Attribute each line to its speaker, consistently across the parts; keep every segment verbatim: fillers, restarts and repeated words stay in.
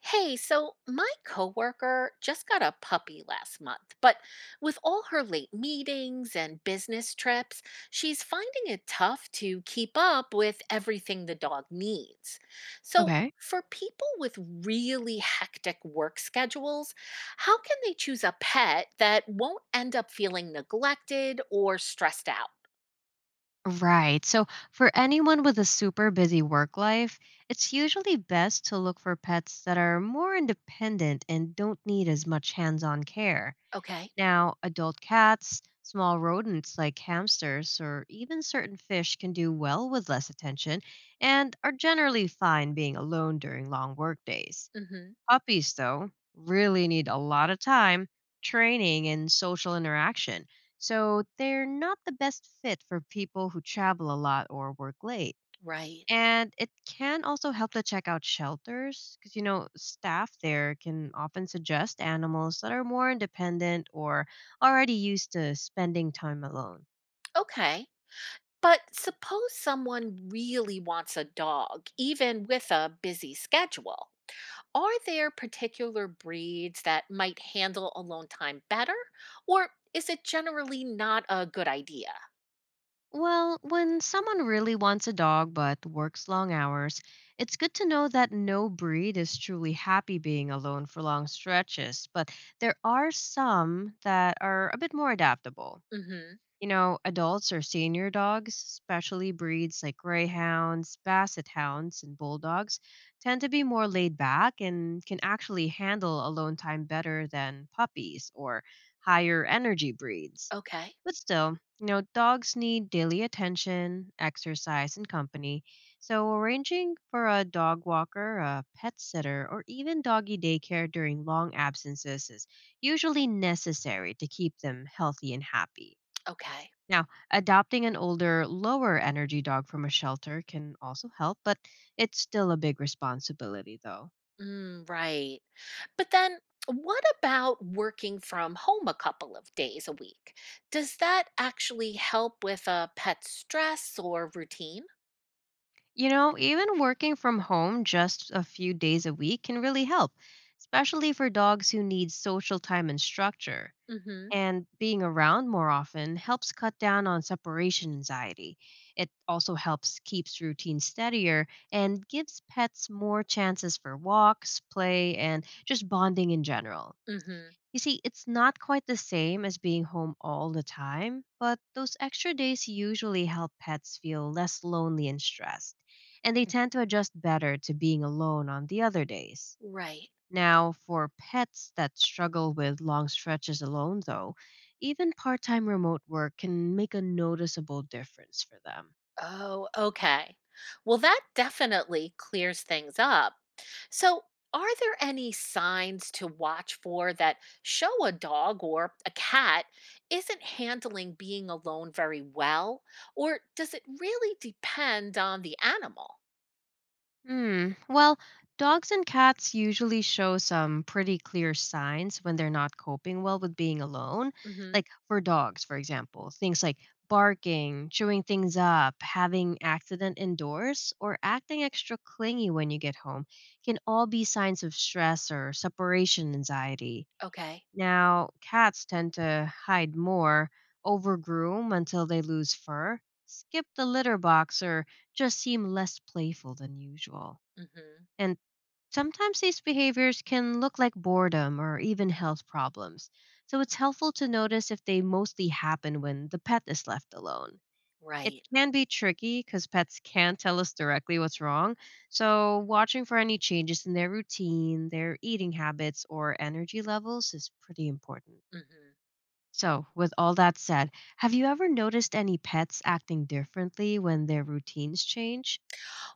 Speaker 1: Hey, so my coworker just got a puppy last month, but with all her late meetings and business trips, she's finding it tough to keep up with everything the dog needs. So,
Speaker 2: Okay.
Speaker 1: for people with really hectic work schedules, how can they choose a pet that won't end up feeling neglected or stressed out?
Speaker 2: Right. So, for anyone with a super busy work life, it's usually best to look for pets that are more independent and don't need as much hands on care.
Speaker 1: Okay.
Speaker 2: Now, adult cats, small rodents like hamsters, or even certain fish can do well with less attention and are generally fine being alone during long work days.
Speaker 1: Mhm.
Speaker 2: Puppies, though, really need a lot of time, training, and social interaction, so they're not the best fit for people who travel a lot or work late.
Speaker 1: Right.
Speaker 2: And it can also help to check out shelters because, you know, staff there can often suggest animals that are more independent or already used to spending time alone.
Speaker 1: Okay. But suppose someone really wants a dog, even with a busy schedule. Are there particular breeds that might handle alone time better? Or is it generally not a good idea?
Speaker 2: Well, when someone really wants a dog but works long hours, it's good to know that no breed is truly happy being alone for long stretches, but there are some that are a bit more adaptable.
Speaker 1: Hmm.
Speaker 2: You know, adults or senior dogs, especially breeds like greyhounds, basset hounds, and bulldogs, tend to be more laid back and can actually handle alone time better than puppies or higher energy breeds.
Speaker 1: Okay.
Speaker 2: But still, you know, dogs need daily attention, exercise, and company. So, arranging for a dog walker, a pet sitter, or even doggy daycare during long absences is usually necessary to keep them healthy and happy.
Speaker 1: Okay.
Speaker 2: Now, adopting an older, lower energy dog from a shelter can also help, but it's still a big responsibility, though.
Speaker 1: Mm, right. But then what about working from home a couple of days a week? Does that actually help with a pet's stress or routine?
Speaker 2: You know, even working from home just a few days a week can really help, especially for dogs who need social time and structure.
Speaker 1: Hmm.
Speaker 2: And being around more often helps cut down on separation anxiety. It also helps keeps routine steadier and gives pets more chances for walks, play, and just bonding in general.
Speaker 1: Hmm.
Speaker 2: You see, it's not quite the same as being home all the time, but those extra days usually help pets feel less lonely and stressed, and they tend to adjust better to being alone on the other days.
Speaker 1: Right.
Speaker 2: Now, for pets that struggle with long stretches alone, though, even part time remote work can make a noticeable difference for them.
Speaker 1: Oh, okay. Well, that definitely clears things up. So, are there any signs to watch for that show a dog or a cat isn't handling being alone very well? Or does it really depend on the animal?
Speaker 2: Hmm. Well, dogs and cats usually show some pretty clear signs when they're not coping well with being alone.
Speaker 1: Hmm.
Speaker 2: Like for dogs, for example, things like barking, chewing things up, having accident indoors, or acting extra clingy when you get home can all be signs of stress or separation anxiety.
Speaker 1: Okay.
Speaker 2: Now, cats tend to hide more, overgroom until they lose fur, skip the litter box, or just seem less playful than usual.
Speaker 1: Hmm.
Speaker 2: And sometimes these behaviors can look like boredom or even health problems. So it's helpful to notice if they mostly happen when the pet is left alone. It
Speaker 1: Right.
Speaker 2: can be tricky because pets can't tell us directly what's wrong. So, watching for any changes in their routine, their eating habits, or energy levels is pretty important.
Speaker 1: Hmm.
Speaker 2: So, with all that said, have you ever noticed any pets acting differently when their routines change?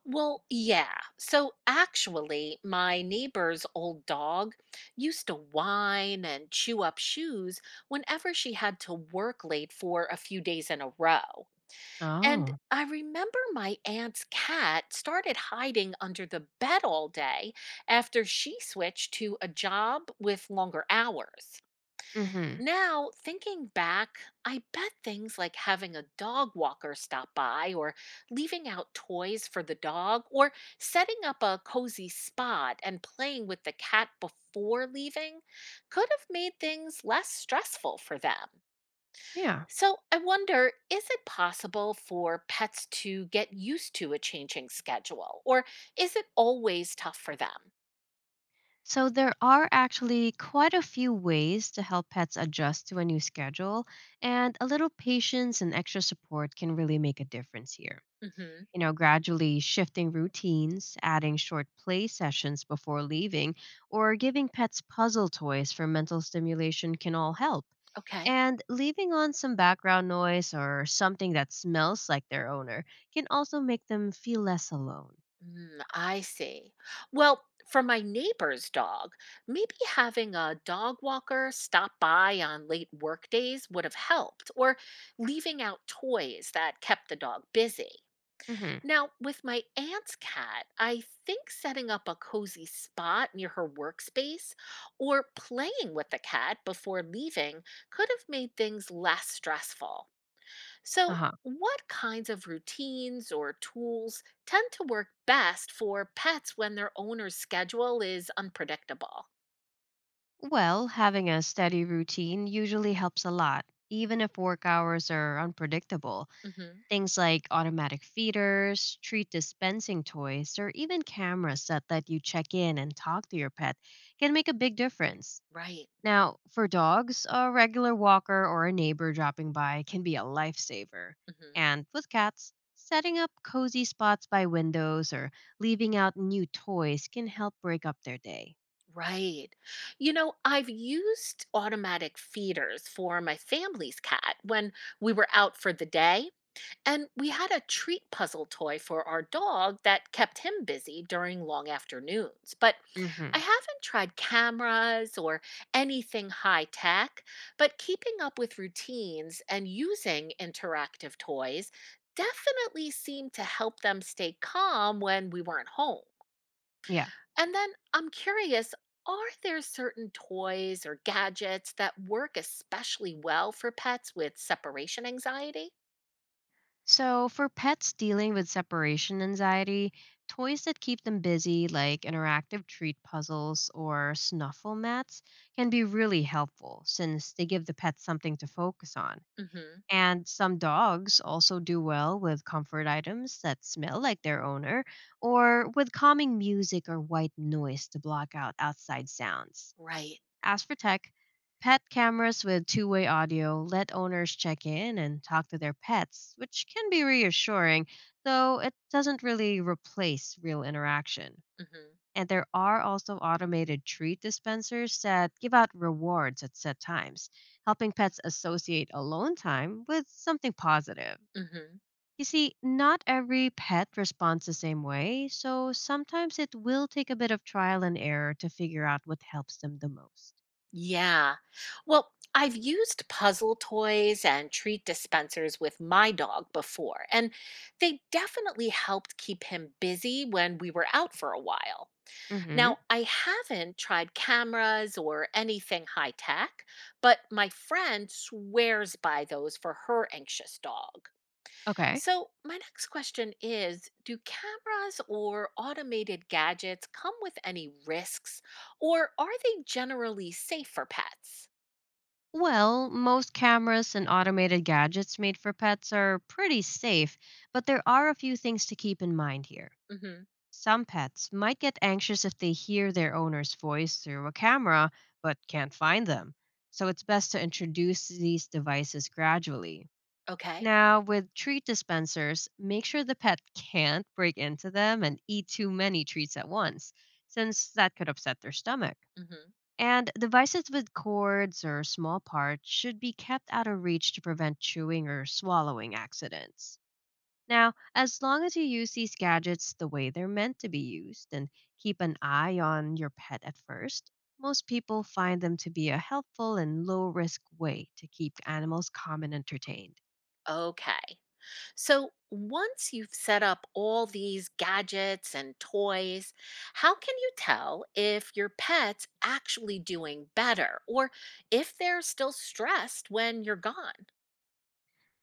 Speaker 1: Well, yeah. So actually, my neighbor's old dog used to whine and chew up shoes whenever she had to work late for a few days in a row. And
Speaker 2: Oh,
Speaker 1: I remember my aunt's cat started hiding under the bed all day after she switched to a job with longer hours.
Speaker 2: mm hmm.
Speaker 1: Now, thinking back, I bet things like having a dog walker stop by, or leaving out toys for the dog, or setting up a cozy spot and playing with the cat before leaving could have made things less stressful for them.
Speaker 2: Yeah.
Speaker 1: So, I wonder, is it possible for pets to get used to a changing schedule, or is it always tough for them?
Speaker 2: So there are actually quite a few ways to help pets adjust to a new schedule, and a little patience and extra support can really make a difference here.
Speaker 1: Hmm.
Speaker 2: You know, gradually shifting routines, adding short play sessions before leaving, or giving pets puzzle toys for mental stimulation can all help.
Speaker 1: Okay.
Speaker 2: And leaving on some background noise or something that smells like their owner can also make them feel less alone.
Speaker 1: Mm, I see. Well, for my neighbor's dog, maybe having a dog walker stop by on late work days would have helped, or leaving out toys that kept the dog busy.
Speaker 2: Hmm.
Speaker 1: Now, with my aunt's cat, I think setting up a cozy spot near her workspace or playing with the cat before leaving could have made things less stressful.
Speaker 2: Uh
Speaker 1: So,
Speaker 2: huh.
Speaker 1: what kinds of routines or tools tend to work best for pets when their owner's schedule is unpredictable?
Speaker 2: Well, having a steady routine usually helps a lot, even if work hours are unpredictable.
Speaker 1: Hmm.
Speaker 2: Things like automatic feeders, treat dispensing toys, or even cameras that let you check in and talk to your pet can make a big difference.
Speaker 1: Right.
Speaker 2: Now, for dogs, a regular walker or a neighbor dropping by can be a lifesaver.
Speaker 1: Hmm.
Speaker 2: And with cats, setting up cozy spots by windows or leaving out new toys can help break up their day.
Speaker 1: Right. You know, I've used automatic feeders for my family's cat when we were out for the day. And we had a treat puzzle toy for our dog that kept him busy during long afternoons. But I
Speaker 2: Hmm.
Speaker 1: haven't tried cameras or anything high tech, but keeping up with routines and using interactive toys definitely seemed to help them stay calm when we weren't home.
Speaker 2: Yeah.
Speaker 1: And then I'm curious, are there certain toys or gadgets that work especially well for pets with separation anxiety?
Speaker 2: So, for pets dealing with separation anxiety, toys that keep them busy, like interactive treat puzzles or snuffle mats, can be really helpful since they give the pet something to focus on.
Speaker 1: Mhm.
Speaker 2: And some dogs also do well with comfort items that smell like their owner or with calming music or white noise to block out outside sounds.
Speaker 1: Right.
Speaker 2: As for tech, pet cameras with two way audio let owners check in and talk to their pets, which can be reassuring, though it doesn't really replace real interaction.
Speaker 1: Mhm.
Speaker 2: And there are also automated treat dispensers that give out rewards at set times, helping pets associate alone time with something positive.
Speaker 1: Mhm.
Speaker 2: You see, not every pet responds the same way, so sometimes it will take a bit of trial and error to figure out what helps them the most.
Speaker 1: Yeah. Well, I've used puzzle toys and treat dispensers with my dog before, and they definitely helped keep him busy when we were out for a while.
Speaker 2: Hmm.
Speaker 1: Now, I haven't tried cameras or anything high tech, but my friend swears by those for her anxious dog.
Speaker 2: Okay.
Speaker 1: So, my next question is, do cameras or automated gadgets come with any risks, or are they generally safe for pets?
Speaker 2: Well, most cameras and automated gadgets made for pets are pretty safe, but there are a few things to keep in mind here.
Speaker 1: Hmm.
Speaker 2: Some pets might get anxious if they hear their owner's voice through a camera but can't find them, so it's best to introduce these devices gradually.
Speaker 1: Okay.
Speaker 2: Now, with treat dispensers, make sure the pet can't break into them and eat too many treats at once, since that could upset their stomach.
Speaker 1: Hmm.
Speaker 2: And devices with cords or small parts should be kept out of reach to prevent chewing or swallowing accidents. Now, as long as you use these gadgets the way they're meant to be used and keep an eye on your pet at first, most people find them to be a helpful and low risk way to keep animals calm and entertained.
Speaker 1: Okay. So once you've set up all these gadgets and toys, how can you tell if your pet's actually doing better or if they're still stressed when you're gone?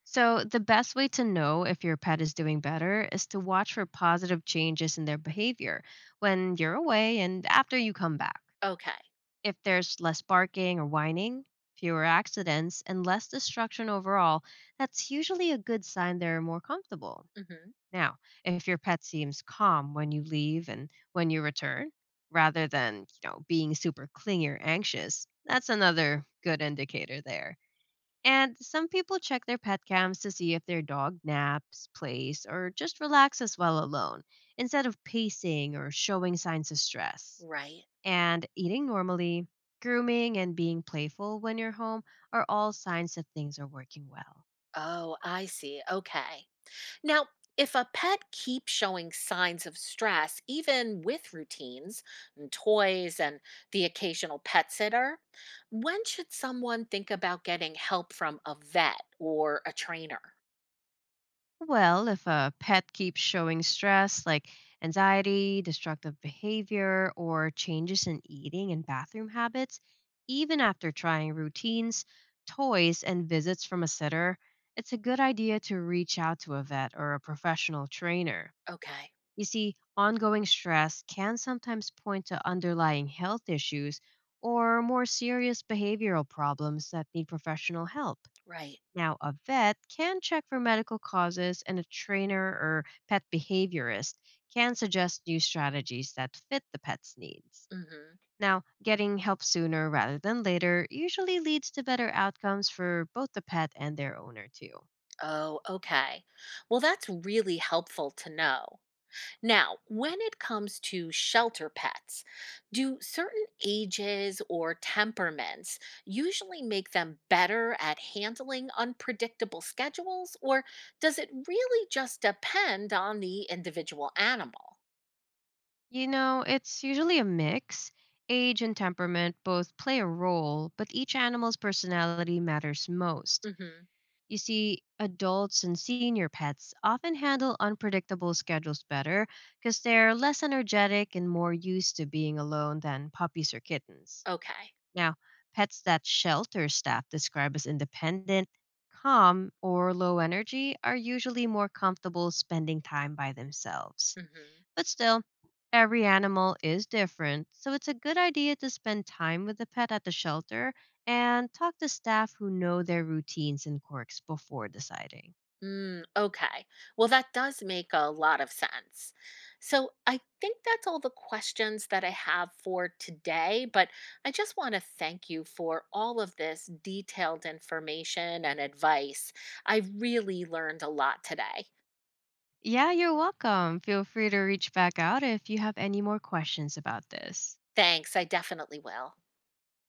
Speaker 2: So, the best way to know if your pet is doing better is to watch for positive changes in their behavior when you're away and after you come back.
Speaker 1: Okay.
Speaker 2: If there's less barking or whining, fewer accidents, and less destruction overall, that's usually a good sign they're more comfortable.
Speaker 1: Hmm.
Speaker 2: Now, if your pet seems calm when you leave and when you return, rather than, you know, being super clingy or anxious, that's another good indicator there. And some people check their pet cams to see if their dog naps, plays, or just relaxes while alone, instead of pacing or showing signs of stress.
Speaker 1: Right.
Speaker 2: And eating normally, grooming, and being playful when you're home are all signs that things are working well.
Speaker 1: Oh, I see. Okay. Now, if a pet keeps showing signs of stress, even with routines and toys and the occasional pet sitter, when should someone think about getting help from a vet or a trainer?
Speaker 2: Well, if a pet keeps showing stress like anxiety, destructive behavior, or changes in eating and bathroom habits, even after trying routines, toys, and visits from a sitter, it's a good idea to reach out to a vet or a professional trainer.
Speaker 1: Okay,
Speaker 2: You see, ongoing stress can sometimes point to underlying health issues or more serious behavioral problems that need professional help.
Speaker 1: right.
Speaker 2: Now, a vet can check for medical causes, and a trainer or pet behaviorist can suggest new strategies that fit the pet's needs.
Speaker 1: Hmm.
Speaker 2: Now, getting help sooner rather than later usually leads to better outcomes for both the pet and their owner, too.
Speaker 1: Oh, okay. Well, that's really helpful to know. Now, when it comes to shelter pets, do certain ages or temperaments usually make them better at handling unpredictable schedules, or does it really just depend on the individual animal?
Speaker 2: You know, it's usually a mix. Age and temperament both play a role, but each animal's personality matters most.
Speaker 1: Hmm.
Speaker 2: You see, adults and senior pets often handle unpredictable schedules better because they're less energetic and more used to being alone than puppies or kittens.
Speaker 1: Okay.
Speaker 2: Now, pets that shelter staff describe as independent, calm, or low energy are usually more comfortable spending time by themselves.
Speaker 1: Hmm.
Speaker 2: But still, every animal is different, so it's a good idea to spend time with the pet at the shelter and talk to staff who know their routines and quirks before deciding.
Speaker 1: Mm, okay. Well, that does make a lot of sense. So I think that's all the questions that I have for today, but I just want to thank you for all of this detailed information and advice. I really learned a lot today.
Speaker 2: Yeah, you're welcome. Feel free to reach back out if you have any more questions about this.
Speaker 1: Thanks. I definitely will.